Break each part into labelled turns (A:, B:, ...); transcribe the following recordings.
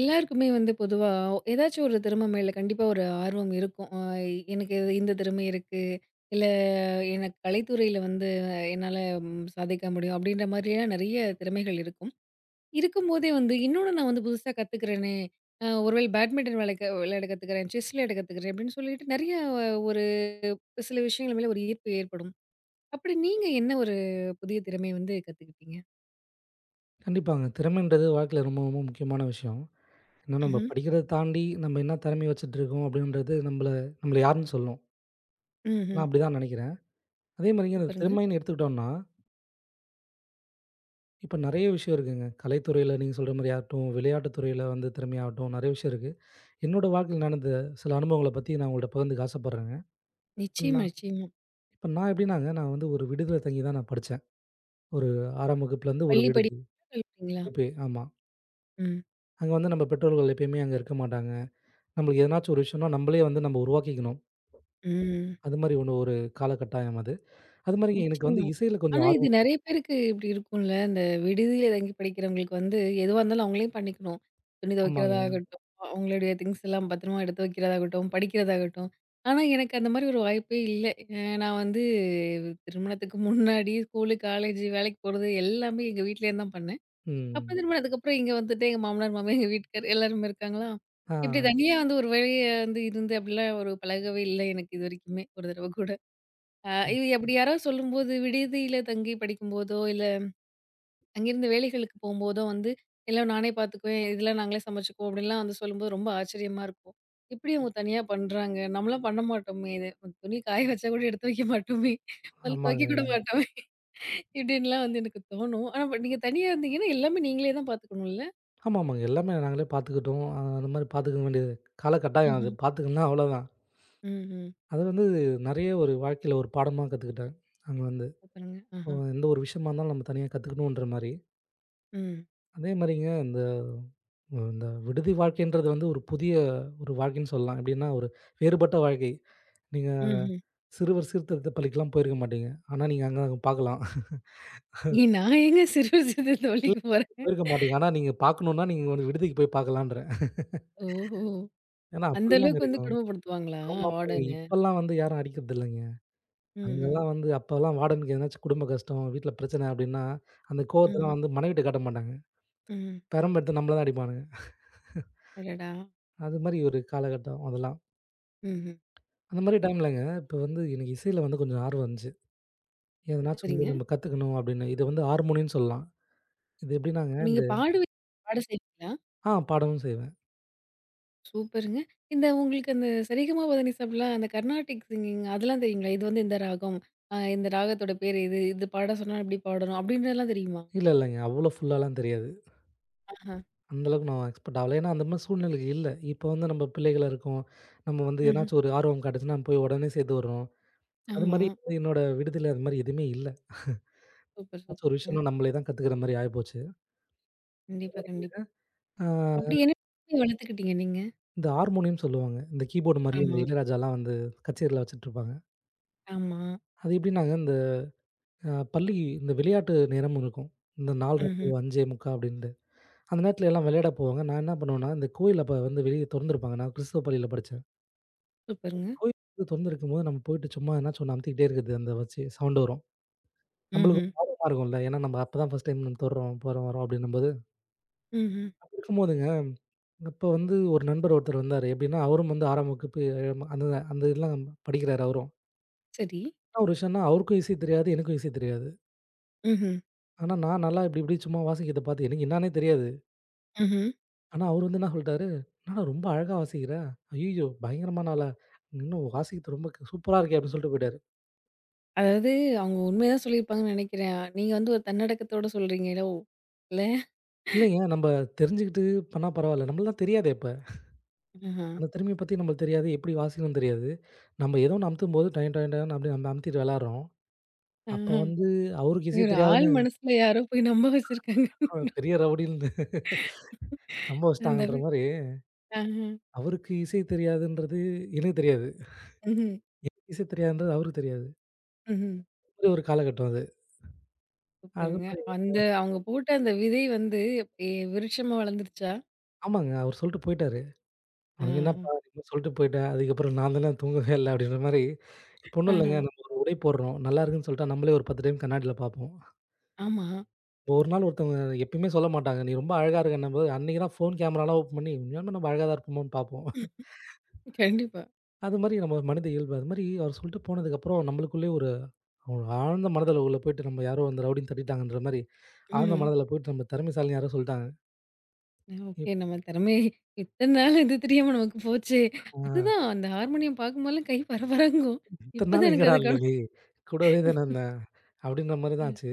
A: எல்லாருக்குமே வந்து பொதுவா ஏதாச்சும் ஒரு திறமை மேல கண்டிப்பா ஒரு ஆர்வம் இருக்கும். எனக்கு இது இந்த திறமை இருக்கு. இல்ல, எனக்கு கலைத்துறையில வந்து என்னால ம் சாதிக்க முடியும் அப்படின்ற மாதிரியான நெறைய திறமைகள் இருக்கும். இருக்கும்போதே வந்து இன்னொன்னு நான் வந்து புதுசா கத்துக்கிறேனே, ஒருவேளை பேட்மிண்டன் விளையாட கத்துக்கிறேன், செஸ் விளையாட கத்துக்கிறேன் அப்படின்னு சொல்லிட்டு நெறைய ஒரு சில விஷயங்கள் மேல ஒரு ஈர்ப்பு ஏற்படும். அப்படி நீங்க என்ன ஒரு புதிய திறமைய வந்து கத்துக்கிட்டீங்க?
B: கண்டிப்பாங்க. திறமைன்றது வாழ்க்கையில ரொம்ப ரொம்ப முக்கியமான விஷயம். ஏன்னா நம்ம
A: ம்ஹ்ம்.
B: படிக்கிறத தாண்டி நம்ம என்ன திறமை வச்சுட்டு இருக்கோம் அப்படின்றது நம்மள நம்மள யாருன்னு சொல்லும்.
A: ம்ஹ்ம்.
B: நான் அப்படிதான் நினைக்கிறேன். அதே மாரிங்க அந்த
A: சூப்பருங்க.
B: திறமைன்னு எடுத்துக்கிட்டோம்னா, இப்ப நெறைய விஷயம் இருக்குங்க. கலைத்துறையில நீங்க சொல்ற மாரி ஆகட்டும், விளையாட்டு துறையில வந்து திறமையாகட்டும் நெறைய விஷயம் இருக்கு. என்னோட வாழ்க்கையில நடந்த சில அனுபவங்கள பத்தி நான் உங்கள்ட்ட பகிர்ந்துக்க ஆசைப்படுறேங்க. இப்ப
A: நிச்சயமா,
B: நான்
A: நிச்சயமா.
B: இப்ப நான் எப்படின்னாங்க, நான் வந்து ஒரு விடுதில தங்கி தான் நான் படிச்சேன். ஒரு 6ஆம் வகுப்புலேருந்து ஒரு
A: பள்ளி
B: விடுதி.
A: படிப்புங்களா? கல்லூரிங்களா?
B: இப்பயே ஆமா.
A: ம்.
B: அங்க வந்து நம்ம பெற்றோர்கள் எப்பயுமே அங்க இருக்க மாட்டாங்க. நம்மளுக்கு எதனாச்சும் ஒரு விஷயம்னா, நம்மளே வந்து நம்ம உருவாக்கிக்கணும்.
A: ம்.
B: அது மாரி ஒண்ணு ஒரு காலகட்டாயம் அது. அது மாரி எனக்கு வந்து
A: நிச்சயமா.
B: இசையில
A: ஆனா
B: கொஞ்சம்
A: இது
B: ஆர்வம்.
A: நெறைய பேருக்கு இப்படி இருக்கும்ல. இந்த விடுதியில தங்கி படிக்கிறவங்களுக்கு வந்து எதுவா இருந்தாலும் அவங்களே பண்ணிக்கணும். துணி
B: ஆமாங்க.
A: துவைக்கிறதாகட்டும், அவங்களுடைய திங்ஸ் எல்லாம் பத்திரமா எடுத்து வைக்கிறதாகட்டும், படிக்கிறதாகட்டும். ஆனா எனக்கு அந்த மாதிரி ஒரு வாய்ப்பே இல்ல. நான் வந்து திருமணத்துக்கு முன்னாடி ஸ்கூலு, காலேஜ், வேலைக்கு போறது எல்லாமே எங்க வீட்லேருந்து தான் பண்ணேன். அப்புறம்
B: ம்.
A: திருமணத்துக்கு அப்புறம் இங்க வந்துட்டு எங்க மாமனார், மாமியார், எங்க வீட்டுக்கார் எல்லாருமே இருக்காங்களா,
B: ஆ.
A: இப்படி தனியா வந்து ஒரு வேலைய வந்து இருந்து அப்படிலாம் ஒரு பழகவே இல்ல எனக்கு இதுவரைக்குமே ஒரு தடவ கூட.
B: ம்.
A: இது அப்படி யாரோ சொல்லும்போது, விடுதியில தங்கி படிக்கும்போதோ, இல்ல அங்கிருந்து வேலைகளுக்கு போம்போதோ வந்து, எல்லாம் நானே பார்த்துக்குவேன். இதெல்லாம் நாங்களே சமைச்சுக்குவோம். அப்படிலாம் வந்து சொல்லும்போது ரொம்ப ஆச்சரியமா இருக்கும். எப்படி அவங்க தனியா பண்றாங்க? நம்மலாம் பண்ண மாட்டோமே! இது துணி காய வச்சா கூட எடுத்து வைக்க மாட்டோமே! அதுல துவைக்க
B: ஆமாங்க.
A: கூட மாட்டோமே! இப்படின்லாம் வந்து எனக்கு தோணும். ஆனா பட் நீங்க தனியா இருந்தீங்கன்னா, எல்லாமே நீங்களே தான் பார்த்துக்கணும்ல?
B: ஆமாமாங்க. எல்லாமே நாங்களே பார்த்துக்கிட்டோம். அந்த மாரி பார்த்துக்க வேண்டிய காலகட்டாயம் அது.
A: ம்ஹ்ம்.
B: பார்த்துக்கலன்னா அவ்வளோதான்.
A: ம்ஹ்ம்.
B: அது வந்து நெறைய ஒரு வாழ்க்கையில ஒரு பாடமா கத்துக்கிட்டேன். அங்க வந்து.
A: சூப்பருங்க. ஆஹா.
B: எந்த ஒரு விஷயமா இருந்தாலும் நம்ம தனியா கத்துக்கணுன்ற மாரி.
A: ம்.
B: அதே மாரிங்க இந்த இந்த விடுதி வாழ்க்கைன்றது வந்து ஒரு புதிய ஒரு வாழ்க்கைன்னு சொல்லலாம். எப்படின்னா ஒரு வேறுபட்ட வாழ்க்கை. நீங்க
A: ம்ஹ்ம்.
B: சிறுவர் சீர்திருத்த பள்ளிக்கெல்லாம் போயிருக்க மாட்டீங்க. ஆனா நீங்க அங்க பார்க்கலாம்.
A: ஏ நான் ஏங்க சிறு வயசுல
B: இல்ல
A: தோழிக்கு போறேன்.
B: போயிருக்க மாட்டீங்க. ஆனா நீங்க பார்க்கணும்னா, நீங்க ஒரு விடுதிக்கு போய் பார்க்கலான்றேன்.
A: ஓஹோ!
B: ஏன்னா
A: அந்த
B: அப்படிதாங்க
A: அளவுக்கு வந்து
B: இருக்கும்.
A: கொடுமைப்படுத்துவாங்களா
B: ஆமா, ஆமாங்க.
A: வார்டன்?
B: இப்பலாம் வந்து யாரும் அடிக்கிறது இல்லைங்க.
A: ம்ஹ்ம்.
B: அங்கலாம் வந்து அப்பலாம் வார்டனுக்கு எதனாச்சும் குடும்ப கஷ்டம், வீட்ல பிரச்சனை அப்படின்னா, அந்த
A: ம்ஹ்ம்.
B: கோவத்தலாம் வந்து மனைவிட்ட காட்ட மாட்டாங்க.
A: ம்.
B: பெரம்பு எடுத்து நம்மள தான் அடிப்பானுங்க.
A: அடடா!
B: அது மாரி ஒரு காலகட்டம் அதெல்லாம்.
A: ம்ஹ்ம்.
B: அந்த மாரி டைம்லங்க, இப்ப வந்து எனக்கு இசையில வந்து கொஞ்சம் ஆர்வம் இருந்துச்சு. எதனாச்சும் வந்து
A: சரிங்க.
B: நம்ம கத்துக்கணும் அப்படின்னு. இது வந்து ஹார்மோனியம்னு சொல்லலாம். இது எப்படின்னாங்க,
A: இப்ப நீங்க
B: இந்த
A: பாட செய்வீங்களா?
B: ஆ பாடவும் செய்வேன்.
A: சூப்பருங்க. இந்த உங்களுக்கு அந்த சரிகம பதனிசலாம் அந்த கர்நாடிக் சிங்கிங் அதெல்லாம் தெரியுங்களா? இது வந்து இந்த ராகம். இந்த ராகத்தோட பேரு இது. இது பாட சொன்னா இப்படி பாடணும் அப்படின்றதெல்லாம் தெரியுமா?
B: இல்ல இல்லங்க. அவ்வளோ ஃபுல்லாலாம் தெரியாது.
A: ஆஹா.
B: அந்த அளவுக்கு நான் எக்ஸ்பெக்ட் ஆகல. ஏன்னா, அந்த மாரி சூழ்நிலை இல்ல. இப்போ வந்து நம்ம பிள்ளைகளா இருக்கோம். நம்ம வந்து
A: ம்ஹ்ம்.
B: எதனாச்சும் ஒரு ஆர்வம் காட்டுச்சுன்னா, நம்ம போய் உடனே சேர்த்து விடுறோம். அது
A: ஆமா.
B: மாரி என்னோட விடுதியில அது மாரி எதுவுமே இல்ல.
A: சூப்பர்,
B: ஏதாச்சும் ஒரு
A: சூப்பருங்க.
B: விஷயம்னா நம்மளே தான் கத்துக்கிற மாரி ஆயிப்போச்சு.
A: கண்டிப்பா, கண்டிப்பா.
B: ஆ
A: அப்படி என்ன எப்படி வளர்த்துக்கிட்டீங்க நீங்க?
B: இந்த ஹார்மோனியம்னு சொல்லுவாங்க. இந்த கீபோர்டு மாரி இந்த
A: ஆமா,
B: இளையராஜாலாம் வந்து கச்சேரில வச்சுட்டுருப்பாங்க.
A: ஆமா.
B: அது எப்படின்னாங்க இந்த பள்ளி இந்த விளையாட்டு நேரமும் இருக்கும். இந்த 4:30
A: ம்ஹ்ம்.
B: டூ 5:45 அப்படின்ட்டு. அந்த நேரத்தில எல்லாம் விளையாட போவாங்க. நான் என்ன பண்ணுவேன்னா, இந்த கோயில் அப்ப வந்து வெளிய தொறந்திருப்பாங்க. நான் கிறிஸ்துவ பள்ளியில படிச்சேன்.
A: சூப்பருங்க.
B: கோயில் தொறந்திருக்கும்போது நம்ம போயிட்டு சும்மா எதனாச்சும் ஒண்ணு அமுத்திக்கிட்டே இருக்கிறது அந்த வச்சு சவுண்ட் வரும். நம்மளுக்கு
A: ம்ஹ்ம்.
B: ஒரு ஆர்வமா இருக்கும்ல. ஏன்னா நம்ம அப்பதான் ஃபர்ஸ்ட் டைம் நம்ம தொடுறோம், போறோம், வரோம் அப்படின்னும்போது.
A: ம்ஹ்ம்.
B: அப்படி இருக்கும்போதுங்க, அப்ப வந்து ஒரு நண்பர் ஒருத்தர் வந்தாரு. எப்படின்னா அவரும் வந்து 6ஆம் வகுப்பு ஏழாம் அந்த அந்த இதெல்லாம் படிக்கிறாரு அவரும்.
A: சரி.
B: என்ன ஒரு விஷயம்னா அவருக்கும் இசை தெரியாது, எனக்கும் இசை தெரியாது.
A: ம்ஹ்ம்.
B: ஆனா நான் நல்லா இப்படி இப்படி சும்மா வாசிக்கிறத பார்த்து எனக்கு என்னான்னே தெரியாது.
A: ம்ஹ்ம்.
B: ஆனா அவர் வந்து என்ன சொல்லிட்டாரு, "என்னடா ரொம்ப அழகா வாசிக்கிற. ஐயய்யோ! பயங்கரமான ஆளா. இன்னும் வாசிக்கிறது ரொம்ப சூப்பரா இருக்கே!" அப்படின்னு சொல்லிட்டு போயிட்டாரு.
A: அதாவது அவங்க உண்மைய தான் சொல்லியிருப்பாங்கன்னு நெனைக்கிறேன். நீங்க வந்து ஒரு தன்னடக்கத்தோட சொல்றீங்களோ? இல்ல?
B: இல்லைங்க நம்ம தெரிஞ்சுக்கிட்டு பண்ணா பரவால்ல. நம்மளுக்குலாம் தெரியாதே அப்ப.
A: ஆஹா.
B: அந்த திறமைய பத்தி நம்மளுக்கு தெரியாது. எப்படி வாசிக்கணும்னு தெரியாது. நம்ம ஏதோ ஒண்ணு அமுத்தும்போது டொயன் டொயன் டொயன்னு அப்படி நம்ம அமுத்திட்டு விளையாடுறோம். அப்ப
A: ஆஹா.
B: வந்து அவருக்கு இசை
A: இவரு ஆள்
B: தெரியாதுன்னு
A: மனசுல யாரோ போய் நம்ப வச்சிருக்காங்க.
B: அவன் பெரிய ரவுடின்னு நம்ப
A: அந்த
B: வச்சுட்டாங்கன்ற
A: அளவு.
B: மாரி,
A: ஆஹா.
B: அவருக்கு இசை தெரியாதுன்றது எனக்கு தெரியாது.
A: ம்ஹ்ம்.
B: இசை தெரியாதுன்றது அவருக்கு தெரியாது.
A: ம்ஹ்ம்.
B: அப்படி ஒரு காலகட்டம் அது. அது
A: சூப்பருங்க.
B: மாரி
A: அந்த அவங்க போட்ட அந்த விதை வந்து விருட்சமா வளர்ந்துருச்சா?
B: ஆமாங்க. அவர் சொல்லிட்டு போயிட்டாரு.
A: ஆ.
B: "உனக்கு என்னப்பா நீ சொல்லிட்டு போயிட்ட. அதுக்கப்புறம் நான் தானே தூங்கவே இல்ல." அப்படின்ற மாரி. இப்போ ஒண்ணும்
A: ஆஹா.
B: இல்லங்க. நம்ம ஒரு உடை போடுறோம். நல்லா இருக்குன்னு சொல்லிட்டா நம்மளே ஒரு 10 டைம் கண்ணாடில பார்ப்போம்.
A: ஆமா.
B: ஒரு நாள் ஒருத்தவங்க எப்பயுமே சொல்ல மாட்டாங்க. நீ ரொம்ப அழகா இருக்கன்னும்போது, அன்னைக்கு தான் ஃபோன் கேமராலாம் ஓப்பன் பண்ணி, உண்மையாலுமே நம்ம அழகா தான் இருப்போமான்னு பார்ப்போம்.
A: கண்டிப்பா.
B: அது மாரி நம்ம மனித இயல்பு. அது மாரி அவர் சொல்லிட்டு போனதுக்கப்புறம் நம்மளுக்குள்ளேயே ஒரு ஒரு ஆழ்ந்த மனதளவுல போயிட்டு நம்ம யாரோ அந்த ரவுடின்னு தட்டிட்டாங்கன்ற மாரி, ஆழ்ந்த
A: ம்.
B: மனதில போயிட்டு நம்ம திறமைசாலின்னு யாரோ சொல்ட்டாங்க.
A: ஓகே.
B: இப்
A: நம்ம திறமை இத்தன நாள் இது தெரியாம நமக்கு போச்சே!
B: ஆ
A: அதுதான் அந்த ஹார்மோனியம் பார்க்கும்போதெல்லாம் கை பரபரங்கும். இப்ப
B: இத்தன
A: தான்
B: நாள்
A: எனக்கு
B: எங்கடா இருந்த
A: அதுக்கான
B: நீ? கூடவே தான இருந்தேன். அப்படின்ற மாரி
A: அ.
B: தான் ஆச்சு.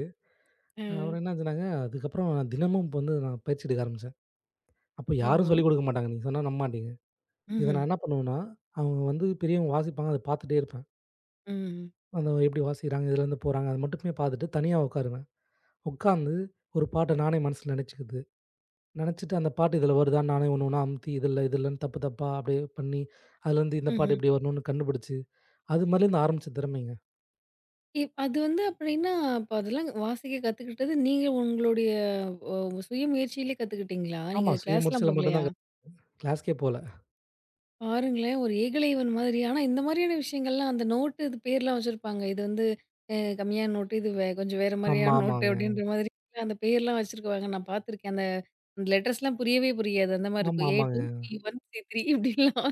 A: ஆ.
B: அப்புறம் என்ன ஆச்சுனாங்க, அதுக்கப்புறம் நான் தினமும் இப்ப வந்து நான் பயிற்சி எடுக்க ஆரம்பிச்சேன். அப்ப யாரும்
A: ஓஹோ!
B: சொல்லிக் குடுக்க மாட்டாங்க. நீங்க சொன்னா நம்ப மாட்டீங்க. இத
A: ம்ஹ்ம்.
B: நான் என்ன பண்ணுவேன்னா, அவங்க வந்து பெரியவங்க வாசிப்பாங்க. அத பார்த்துட்டே இருப்பேன்.
A: ம்.
B: அந்த எப்படி வாசிக்கிறாங்க, எதுலேருந்து போறாங்க, அது மட்டுமே பார்த்துட்டு தனியா உட்காருவேன். உட்காந்து ஒரு பாட்ட நானே மனசுல நெனச்சுக்குது. நெனச்சுட்டு அந்த பாட்டு இதில வருதான்னு நானே ஒண்ணு ஒண்ணா அமுத்தி, இது இல்ல, இது இல்லன்னு தப்பு தப்பா அப்படியே பண்ணி, அதுலேருந்து இந்த பாட்டு
A: ம்ஹ்ம்.
B: இப்படி வரணும்னு கண்டுபிடிச்சு, அது மாரிலேருந்து ஆரம்பிச்ச திறமைங்க.
A: அது வந்து அப்படின்னா, அப்ப அதெல்லாம் வாசிக்க கத்துக்கிட்டது நீங்க உங்களுடைய ஒ சுய முயற்சியிலே கத்துக்கிட்டீங்களா?
B: ஆமா,
A: நீங்க
B: சுய
A: கிளாஸ்லாம்
B: முயற்சியில மட்டும்
A: போகலையா?
B: தான் கிளாஸ்க்கே போல.
A: பாருங்களேன் ஒரு ஏகலைவன் மாதிரி. ஆனா இந்த மாதிரியான விஷயங்கள்லாம் அந்த நோட்டு இது பேர்லாம் வச்சிருப்பாங்க. இது வந்து கம்மியான நோட்டு, இது கொஞ்சம் வேற
B: ஆமா,
A: மாதிரியான நோட்டு
B: ஆமாங்க.
A: அப்படின்ற மாதிரி அந்த பேர்லாம் வச்சிருக்குவாங்க. நான் பார்த்துருக்கேன். அந்த அந்த லெட்டர்ஸ்லாம் புரியவே புரியாது. அந்த மாதிரி
B: ஆமா,
A: இருக்கும். ஏ2,
B: ஆமாங்க.
A: பி1, சி3 இப்படிலாம்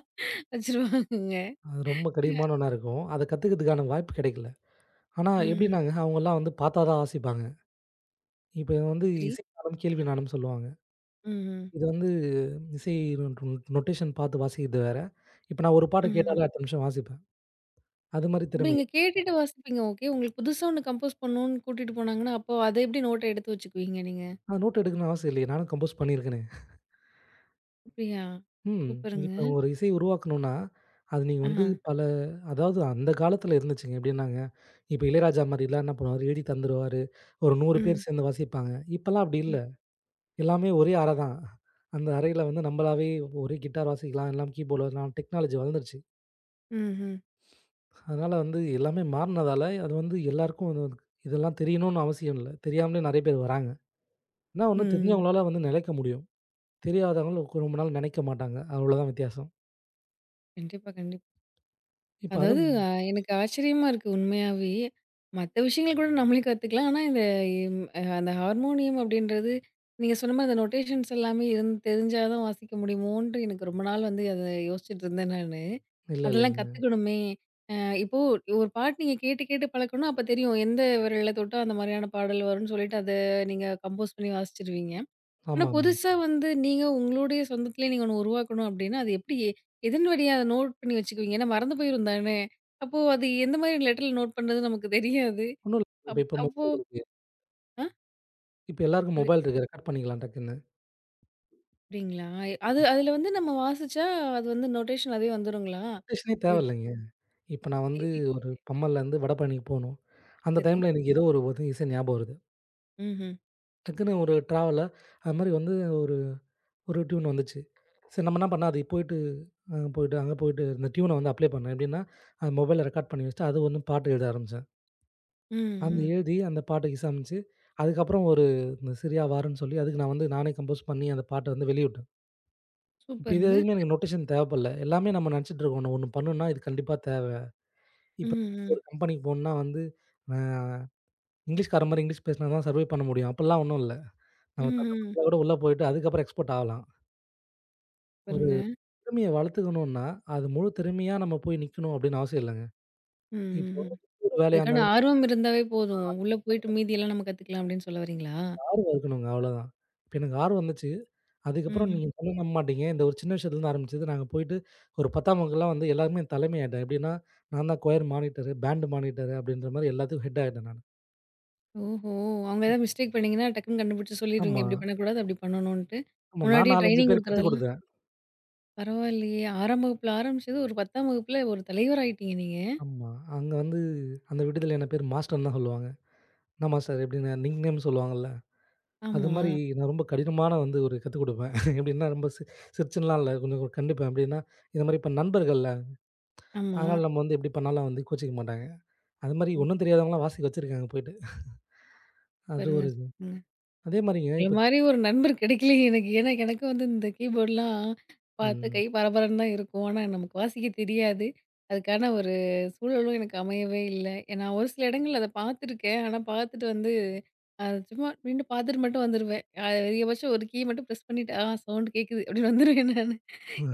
A: வச்சிருவாங்கங்க.
B: அது ரொம்ப கடினமான ஒண்ணா இருக்கும். அத கத்துக்கிறதுக்கான வாய்ப்பு கிடைக்கல. ஆனா
A: ம்.
B: எப்படின்னாங்க, அவங்கலாம் வந்து பார்த்தா தான் வாசிப்பாங்க. இப்ப வந்து
A: சரி.
B: இசை நானும், கேள்வி நானும் சொல்லுவாங்க.
A: ம்ஹ்ம்.
B: இது வந்து இசை நொட் நொட்டேஷன் பார்த்து வாசிக்கிறது வேற. இப்ப நான் ஒரு பாட்ட
A: ம்.
B: கேட்டாலே அடுத்த நிமிஷம் வாசிப்பேன். அது மாரி
A: அப்ப
B: திறமை.
A: நீங்க கேட்டுட்டு வாசிப்பீங்க. ஓகே. உங்களுக்கு புதுசா ஒண்ணு கம்போஸ் பண்ணணும்னு கூட்டிட்டு போனாங்கன்னா, அப்போ அத எப்படி நோட்ட எடுத்து வச்சுக்குவீங்க நீங்க?
B: நான் நோட் எடுக்கணும்னு அவசியம் இல்லையே. நானும் கம்போஸ் பண்ணியிருக்கேனே.
A: அப்படியா?
B: ம். இப்ப
A: சூப்பருங்க.
B: ஒரு இசை உருவாக்கணும்னா, அது நீங்க வந்து
A: ஆஹா.
B: பல அதாவது அந்த காலத்துல இருந்துச்சுங்க. எப்படின்னாங்க, இப்ப இளையராஜா மாரிலாம் என்ன பண்ணுவாரு, எழுதி தந்துருவாரு. ஒரு 100 பேர்
A: ம்.
B: சேர்ந்து வாசிப்பாங்க. இப்பலாம் அப்படி
A: ம்.
B: இல்ல. எல்லாமே ஒரே அறை தான். அந்த அறையில வந்து நம்பளாவே ஒரே கிட்டார் வாசிக்கலாம், எல்லாம் கீபோர்டு வாசிக்கலாம். டெக்னாலஜி வளர்ந்துருச்சு.
A: ம்ஹ்ம்.
B: அதனால வந்து எல்லாமே மாறுனதால, அது வந்து எல்லாருக்கும் அது வந்து இதெல்லாம் தெரியணும்னு அவசியம் இல்ல. தெரியாமலே நெறைய பேர் வராங்க. என்ன
A: ம்.
B: ஒண்ணு
A: ம்.
B: தெரிஞ்சவங்களால வந்து நிலைக்க முடியும். தெரியாதவங்கள ரொம்ப நாள் நினைக்க மாட்டாங்க. அவ்வளோதான் வித்தியாசம்.
A: கண்டிப்பா, கண்டிப்பா.
B: இப்ப
A: அதாவது
B: அதுவும்
A: எனக்கு ஆச்சரியமா இருக்கு உண்மையாவே. மத்த விஷயங்கள் கூட நம்மளே கத்துக்கலாம். ஆனா இந்த இம் அ அந்த ஹார்மோனியம் அப்படின்றது, நீங்க சொன்ன மாரி அந்த நொட்டேஷன்ஸ் எல்லாமே தெரிஞ்சா தான் வாசிக்க முடியுமோன்ட்டு எனக்கு ரொம்ப நாள் வந்து அத யோசிச்சுட்டு இருந்தேன் நானு.
B: இல்ல
A: அதெல்லாம்
B: இல்லைங்க.
A: கத்துக்கணுமே! அ இப்போ ஒரு பாட்டு நீங்க கேட்டு கேட்டு பழக்கணும். அப்ப தெரியும் எந்த விரல்ல தொட்டா அந்த மாரியான பாடல் வரும்ன்னு சொல்லிட்டு அத நீங்க கம்போஸ் பண்ணி வாசிச்சுருவீங்க. ஆனா,
B: ஆமா, ஆமா.
A: புதுசா வந்து நீங்க உங்களுடைய சொந்தத்திலே நீங்க ஒண்ணு உருவாக்கணும் அப்டின்னா, அது எப்டி எதன் வழியா அத நோட் பண்ணி வச்சுக்குவீங்க? ஏன்னா மறந்து போயிரும் தானே! அப்போ அது எந்த மாரி லெட்டர்ல நோட் பண்றது நமக்கு தெரியாது.
B: ஒண்ணும் இல்ல. இப்ப இப்ப
A: அப்போ
B: மொபைல் இருக்கு.
A: ஆ
B: இப்ப எல்லாருக்கும்
A: புரி
B: மொபைல் இருக்கு. ரெக்கார்ட் பண்ணிக்கலாம் டக்குன்னு.
A: புரியுங்களா? அது அதுல வந்து நம்ம வாசிச்சா அது வந்து நோட்டேஷன் அதே வந்துருங்களா?
B: நோட்டேஷனே
A: இது
B: தேவையில்லைங்க. இப்ப நான் வந்து
A: கேள்வி
B: ஒரு பம்மல்லேருந்து வடபழனிக்கு போணும். அந்த
A: சரி.
B: டைம்ல எனக்கு ஏதோ ஒரு ஒரு இசை ஞாபகம் வருது.
A: ம்ஹ்ம்.
B: டக்குன்னு ஒரு டிராவலா அது மாரி வந்து ஒரு டியூன் வந்துச்சு. சரி நம்ம என்ன பண்ணோம், அதுக்கு போயிட்டு போயிட்டு அங்க போயிட்டு இந்த டியூன வந்து அப்ளை பண்ணேன். எப்படின்னா, அது மொபைல்ல ரெக்கார்ட் பண்ணி வச்சுட்டு, அது ஒண்ணும் பாட்டு எழுத ஆரம்பிச்சேன்.
A: ம்,
B: அந்த ம்.
A: ம்.
B: எழுதி அந்த பாட்டுக்கு இசையமைச்சு, அதுக்கப்புறம் ஒரு இந்த "சிரியா வாருன்னு" சொல்லி அதுக்கு நான் வந்து நானே கம்போஸ் பண்ணி அந்த பாட்ட வந்து வெளியிட்டேன். இப்ப இது
A: சூப்பருங்க.
B: எதுக்குமே எனக்கு நோட்டேஷன் தேவைப்படல. எல்லாமே நம்ம நெனச்சுட்டு இருக்கோம். ஒண்ணு ஒண்ணு பண்ணணும்னா இது கண்டிப்பா தேவை.
A: ம்,
B: இப்ப
A: ம்.
B: ஒரு கம்பெனிக்கு போணும்னா வந்து அ இங்கிலீஷ்காரன் மாரி இங்கிலீஷ் பேசினா தான் சர்வை பண்ண முடியும். அப்படிலாம் ஒண்ணும் இல்ல. நம்ம
A: ம்,
B: தத்து
A: ம்.
B: தடுமாறா கூட உள்ள போயிட்டு அதுக்கப்புறம் எக்ஸ்போர்ட் ஆகலாம். ஒரு
A: சூப்பருங்க.
B: திறமைய வளர்த்துக்கணும்னா, அது முழு திறமையா நம்ம போய் நிக்கணும் அப்படின்னு அவசியம் இல்லங்க.
A: ம், ம்,
B: இப்போ
A: ம்.
B: ஒரு வேலையா
A: அதுக்கான
B: இருந்தாலும்
A: ஆர்வம் இருந்தாவே போதும். உள்ள போயிட்டு மீதியெல்லாம் நம்ம கத்துக்கலாம் அப்டின்னு சொல்ல வரீங்களா?
B: இருக்கணுங்க அவ்வளோதான். இப்ப எனக்கு ஆர்வம் வந்துச்சு. அதுக்கப்புறம்
A: ம்.
B: நீங்க சொன்னா நம்ப மாட்டீங்க. இந்த ஒரு சின்ன விஷயத்துலருந்து ஆரம்பிச்சது. நாங்க போயிட்டு ஒரு 10ஆம் வகுப்புலாம் வந்து எல்லாருமே தலைமை ஆயிட்டேன். எப்படின்னா, நான் தான் கொயர் மானிட்டரு, பேண்ட் மானிட்டரு அப்படின்ற மாரி எல்லாத்துக்கும் ஹெட் ஆயிட்டேன் நானு.
A: ஓஹோ! அவங்க ஏதாவது மிஸ்டேக் பண்ணீங்கன்னா, டக்குன்னு கண்டுபிடிச்சு சொல்லிருவீங்க.
B: ஆமா.
A: இப்படி பண்ணக்கூடாது, அப்படி பண்ணணுன்ட்டு.
B: ஆமா. நான்
A: முன்னாடியே
B: 4, 5
A: ட்ரெய்னிங்
B: பேருக்கு கத்துக்
A: குடுக்குறதெல்லாம்
B: குடுத்தேன்.
A: பரவாயில்லையே! 6ஆம் வகுப்புல ஆரம்பிச்சது, ஒரு 10ஆம் வகுப்புல ஒரு தலைவர் ஆயிட்டீங்க நீங்க.
B: ஆமா. அங்க வந்து அந்த விடுதியில என்ன பேரு மாஸ்டர்ன்னு தான் சொல்லுவாங்க. "என்னாம்மா சார்" இப்படின்னு நிக் நேம் சொல்லுவாங்கல்ல. அது
A: ஆமா,
B: மாரி நான் ரொம்ப கடினமான வந்து ஒரு கத்துக் குடுப்பேன். எப்படின்னா ரொம்ப சிரிச்சுன்லாம் இல்ல. கொஞ்சம் கண்டிப்பேன். எப்படின்னா, இந்த மாரி இப்ப நண்பர்கள்ல.
A: ஆமா.
B: அதனால நம்ம வந்து எப்படி பண்ணாலும் வந்து கோச்சிக்க மாட்டாங்க. அது மாரி ஒண்ணும் தெரியாதவங்கலாம் வாசிக்க வச்சிருக்காங்க போயிட்டு. அது
A: சூப்பருங்க,
B: ஒரு இது.
A: சூப்பருங்க.
B: அதே மாரிங்க
A: இந்த
B: இப்ப
A: மாரி ஒரு நண்பர் கிடைக்கலயே எனக்கு. ஏன்னா, எனக்கும் வந்து இந்த கீபோர்ட்லாம் பார்த்து
B: ம்.
A: கை பரபரன்னு தான் இருக்கும். ஆனா, நமக்கு வாசிக்க தெரியாது. அதுக்கான ஒரு சூழலும் எனக்கு அமையவே இல்ல. நான் ஒரு சில இடங்கள்ல அத பார்த்துருக்கேன். ஆனா, பார்த்துட்டு வந்து சும்மா நின்னு பார்த்துட்டு மட்டும் வந்துருவேன். அதிகபட்சம் ஒரு கீ மட்டும் பிரஸ் பண்ணிட்டு, "ஆ சவுண்ட் கேட்குது" அப்படின்னு வந்துருவேன் நானு.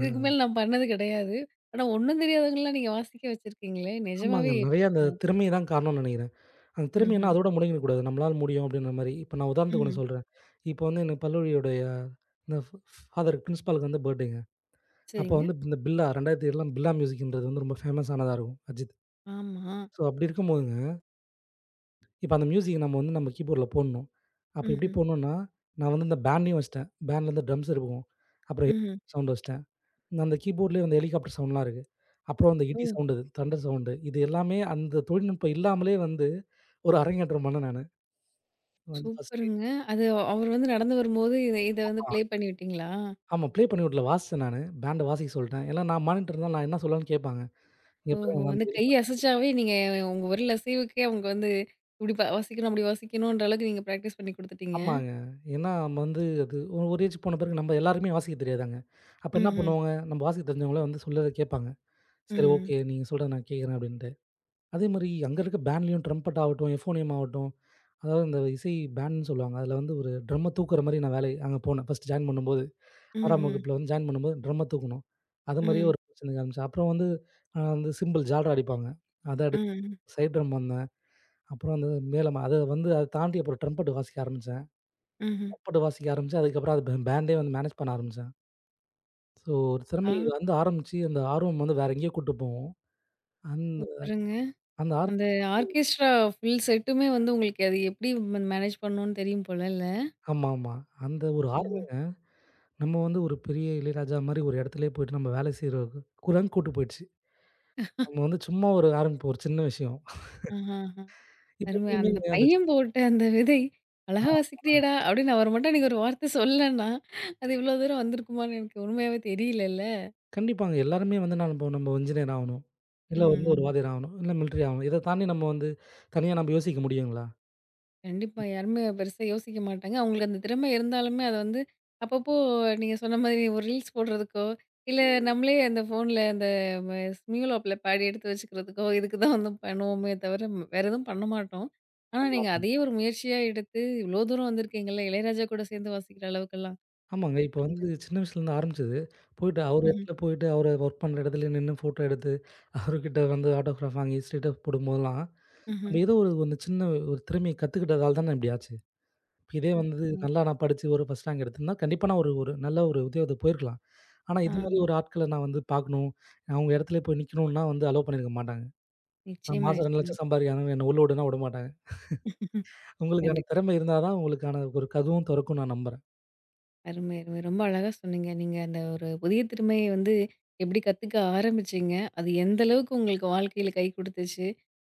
A: இதுக்கு மேல நான் பண்ணது கிடையாது. ஆனா, ஒண்ணும் தெரியாதவங்கலாம் நீங்க வாசிக்க வச்சிருக்கீங்களே!
B: ஆமாங்க.
A: நிஜமாவே
B: நெறைய அந்த திறமை தான் காரணம்னு நெனைக்கிறேன். அந்த திறமைன்னா
A: ம்ஹ்ம்.
B: அதோட முடங்கிடக்கூடாது. நம்மளால முடியும் அப்படின்ற மாரி. இப்ப நான் உதாரணத்துக்கு
A: ம்ஹ்ம்.
B: ஒண்ணு சொல்றேன். இப்ப வந்து எனக்கு பல்லுவலியுடைய இந்த ஃபாதர் பிரின்சிபாலுக்கு வந்து பர்த்டேங்க. அப்ப
A: சரிங்க.
B: வந்து இந்த பில்லா 2007 பில்லா மியூசிக்ன்றது வந்து ரொம்ப ஃபேமஸ் ஆனதா இருக்கும். அஜித்.
A: ஆமா.
B: ஸோ அப்படி இருக்கும்போது இப்ப அந்த மியூசிக் நம்ம வந்து நம்ம கீபோர்ட்ல போடணும். அப்ப எப்படி
A: ம்ஹ்ம்.
B: போடணும்னா, நான் வந்து இந்த பேண்ட்லயும் வச்சுட்டேன். பேண்ட்ல வந்து ட்ரம்ஸ் இருக்கும். அப்புறம்
A: ம்ஹ்ம்.
B: சவுண்ட் வச்சுட்டேன். அந்த கீபோர்ட்லயே அந்த ஹெலிகாப்டர் சவுண்ட்லாம் இருக்கு. அப்புறம் அந்த இடி
A: ஓ!
B: சவுண்ட், தண்டர் சவுண்ட் இது எல்லாமே அந்த தொழில்நுட்பம் இல்லாமலே வந்து ஒரு அரங்கேற்றம் பண்ணேன் நானு. வந்து ஃபர்ஸ்ட்டு
A: சூப்பருங்க. அது அவரு வந்து நடந்து வரும்போது இத இத வந்து ப்ளே பண்ணி விட்டீங்களா?
B: ஆமா ப்ளே பண்ணி விடல. வாசிச்சேன் நானு. பேண்ட வாசிக்க சொல்லிட்டேன். ஏன்னா நான் மானிட்டர் தான் நான் என்ன சொல்லலாம்ன்னு கேட்பாங்க. இங்க
A: ஓஹோ!
B: பாருங்க அந்த
A: அந்த கை
B: ஹெலிகாப்டர்.
A: அசைச்சாவே நீங்க உங்க விரல் அசைவுக்கே அவங்க வந்து இப்டி ப வாசிக்கணும், அப்படி வாசிக்கணுன்ற அளவுக்கு நீங்க பிராக்டிஸ் பண்ணி குடுத்துட்டீங்க.
B: ஆமாங்க. ஏன்னா நம்ம வந்து அது ஒரு ஏஜ் போன பிறகு நம்ம எல்லாருக்குமே வாசிக்க தெரியாதாங்க. அப்ப என்ன
A: ம்ஹ்ம்.
B: பண்ணுவாங்க, நம்ம வாசிக்க தெரிஞ்சவங்கள வந்து சொல்றத கேட்பாங்க. சரி
A: ம்.
B: ஓகே. நீங்க சொல்றத நான் கேட்குறேன் அப்படின்ட்டு. அதேமாரி அங்க இருக்க பேண்ட்லயும் ட்ரம்பட் ஆகட்டும், எஃபோனியம் ஆகட்டும், அதாவது இந்த இசை பேண்டுன்னு சொல்லுவாங்க. அதில வந்து ஒரு ட்ரம்ம தூக்குற மாரி நான் வேலை அங்க போனேன். ஃபர்ஸ்ட் ஜாயின் பண்ணும்போது. 6ஆம்
A: ம்ஹ்ம்.
B: வகுப்புல வந்து ஜாயின் பண்ணும்போது ட்ரம்ம தூக்கணும். அது மாரியே
A: ம்.
B: ஒரு பிரச்சனை காமிச்சு. அப்புறம் வந்து வந்து சிம்பிள் ஜால்ரா அடிப்பாங்க. அத அடிச்சு
A: ம்.
B: சைட் ட்ரம் வந்தேன். அப்புறம் வந்து மேளம் அத வந்து அத தாண்டி அப்புறம் ட்ரம்பட் வாசிக்க ஆரம்பிச்சேன்.
A: ம்ஹ்ம்.
B: ட்ரம்பட் வாசிக்க ஆரம்பிச்சேன். அதுக்கப்புறம் அது பேண்டே வந்து மேனேஜ் பண்ண ஆரம்பிச்சேன். ஸோ ஒரு
A: ஆ
B: திறமை இது வந்து ஆரம்பிச்சு அந்த ஆர்வம் வந்து வேற எங்கேயோ கூட்டு போகும். அந்த
A: சூப்பருங்க.
B: அந்த ஆர்வம்.
A: அந்த ஆர்கெஸ்ட்ரா ஃபுல் செட்டுமே வந்து உங்களுக்கு அது எப்படி மேனேஜ் பண்ணணும்னு தெரியும் போலல்ல?
B: ஆமாமா. அந்த ஒரு
A: ஆ.
B: ஆர்வங்க, நம்ம வந்து ஒரு பெரிய இளையராஜா மாரி ஒரு இடத்துலயே போயிட்டு நம்ம வேலை செய்ற கூடான்னு கூட்டு போயிடுச்சு. நம்ம வந்து சும்மா ஒரு ஆரம்பிப்போம், ஒரு சின்ன விஷயம்.
A: ஆஹ.
B: இப்போ
A: அருமை. அந்த
B: உண்மையிலுமே அந்த
A: பையன் போட்ட அந்த விதை, "அழகா
B: ஆ
A: வாசிக்கிறியேடா" அப்படின்னு அவர் மட்டும் அன்னைக்கு ஒரு வார்த்தை சொல்லலன்னா, அது இவ்ளோ தூரம் வந்திருக்குமான்னு எனக்கு உண்மையாவே தெரியலல்ல.
B: கண்டிப்பாங்க. எல்லாருமே வந்து நான் இப்போ நம்ம இன்ஜினியர் ஆவணும், இல்ல வந்து ஒரு
A: ம்.
B: வாத்தியார் ஆவணும், இல்ல மிலிட்டரி ஆவணும். இத தாண்டி நம்ம வந்து தனியா நம்ம யோசிக்க முடியுங்களா?
A: கண்டிப்பா. யாருமே பெருசா யோசிக்க மாட்டாங்க. அவங்களுக்கு அந்த திறமை இருந்தாலுமே அத வந்து அப்பப்போ நீங்க சொன்ன மாதிரி ஒரு ரீல்ஸ் போடுறதுக்கோ, இல்ல நம்மளே அந்த ஃபோன்ல அந்த ம ஸ்மியூல் ஆப்ல பாடி எடுத்து வச்சுக்கிறதுக்கோ, இதுக்கு தான் வந்து பண்ணுவோமே தவிர வேற எதுவும் பண்ண மாட்டோம். ஆனா
B: ஆமா.
A: நீங்க அதையே ஒரு முயற்சியா எடுத்து இவ்ளோ தூரம் வந்திருக்கீங்கல்ல, இளையராஜா கூட சேர்ந்து வாசிக்கிற அளவுக்கெல்லாம்.
B: ஆமாங்க. இப்போ வந்து
A: சூப்பருங்க.
B: சின்ன வயசுலேருந்து ஆரம்பிச்சது, போயிட்டு அவர்
A: ம்ஹ்ம்.
B: இடத்துல போயிட்டு அவரு ஒர்க் பண்ற இடத்துலயே நின்னு ஃபோட்டோ எடுத்து, அவருகிட்ட வந்து ஆட்டோகிராஃப் வாங்கி ஸ்டேட்டஸ் போடும்போதெல்லாம்,
A: ம்ஹ்ம்.
B: நம்ம ஏதோ ஒரு ஒரு சின்ன ஒரு திறமைய கத்துக்கிட்டதால தானே இப்படி ஆச்சு. இதே வந்து
A: சூப்பருங்க.
B: நல்லா நான் படிச்சு ஒரு ஃபர்ஸ்ட் ரேங்க் எடுத்திருந்தா, கண்டிப்பா நான் ஒரு ஒரு நல்ல ஒரு உத்தியோகத்துக்கு போயிருக்கலாம். ஆனா
A: ஆ
B: இது மாரி ஒரு ஆட்கள நான் வந்து பார்க்கணும். அவங்க இடத்துலயே போய் நிக்கணும்னா வந்து அலோ பண்ணியிருக்க மாட்டாங்க. நான்
A: நிச்சயமா,
B: மாசம்
A: நிச்சயமா.
B: 2,00,000 சம்பாதிக்கிறேன். என்ன உள்ள விடுன்னா விடமாட்டாங்க. உங்களுக்கான
A: கண்டிப்பா.
B: திறமை இருந்தா தான் உங்களுக்கான ஒரு கதவும் தொறக்கும்னு நான் நம்புறேன்.
A: அருமை, அருமை. ரொம்ப அழகா சொன்னீங்க. நீங்க அந்த ஒரு புதிய திறமைய வந்து எப்படி கத்துக்க ஆரம்பிச்சீங்க? அது எந்த அளவுக்கு உங்களுக்கு வாழ்க்கையில கை குடுத்துச்சு?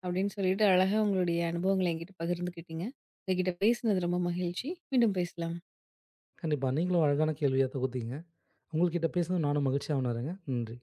A: அப்படின்னு சொல்லிட்டு அழகா உங்களுடைய அனுபவங்கள என்கிட்ட பகிர்ந்துக்கிட்டீங்க. உங்ககிட்ட பேசினது ரொம்ப மகிழ்ச்சி. மீண்டும் பேசலாம்.
B: கண்டிப்பா. நீங்களும் அழகான கேள்வியா தொகுத்தீங்க. உங்கள்கிட்ட பேசினது நானும் மகிழ்ச்சியா உணர்றேங்க. நன்றி.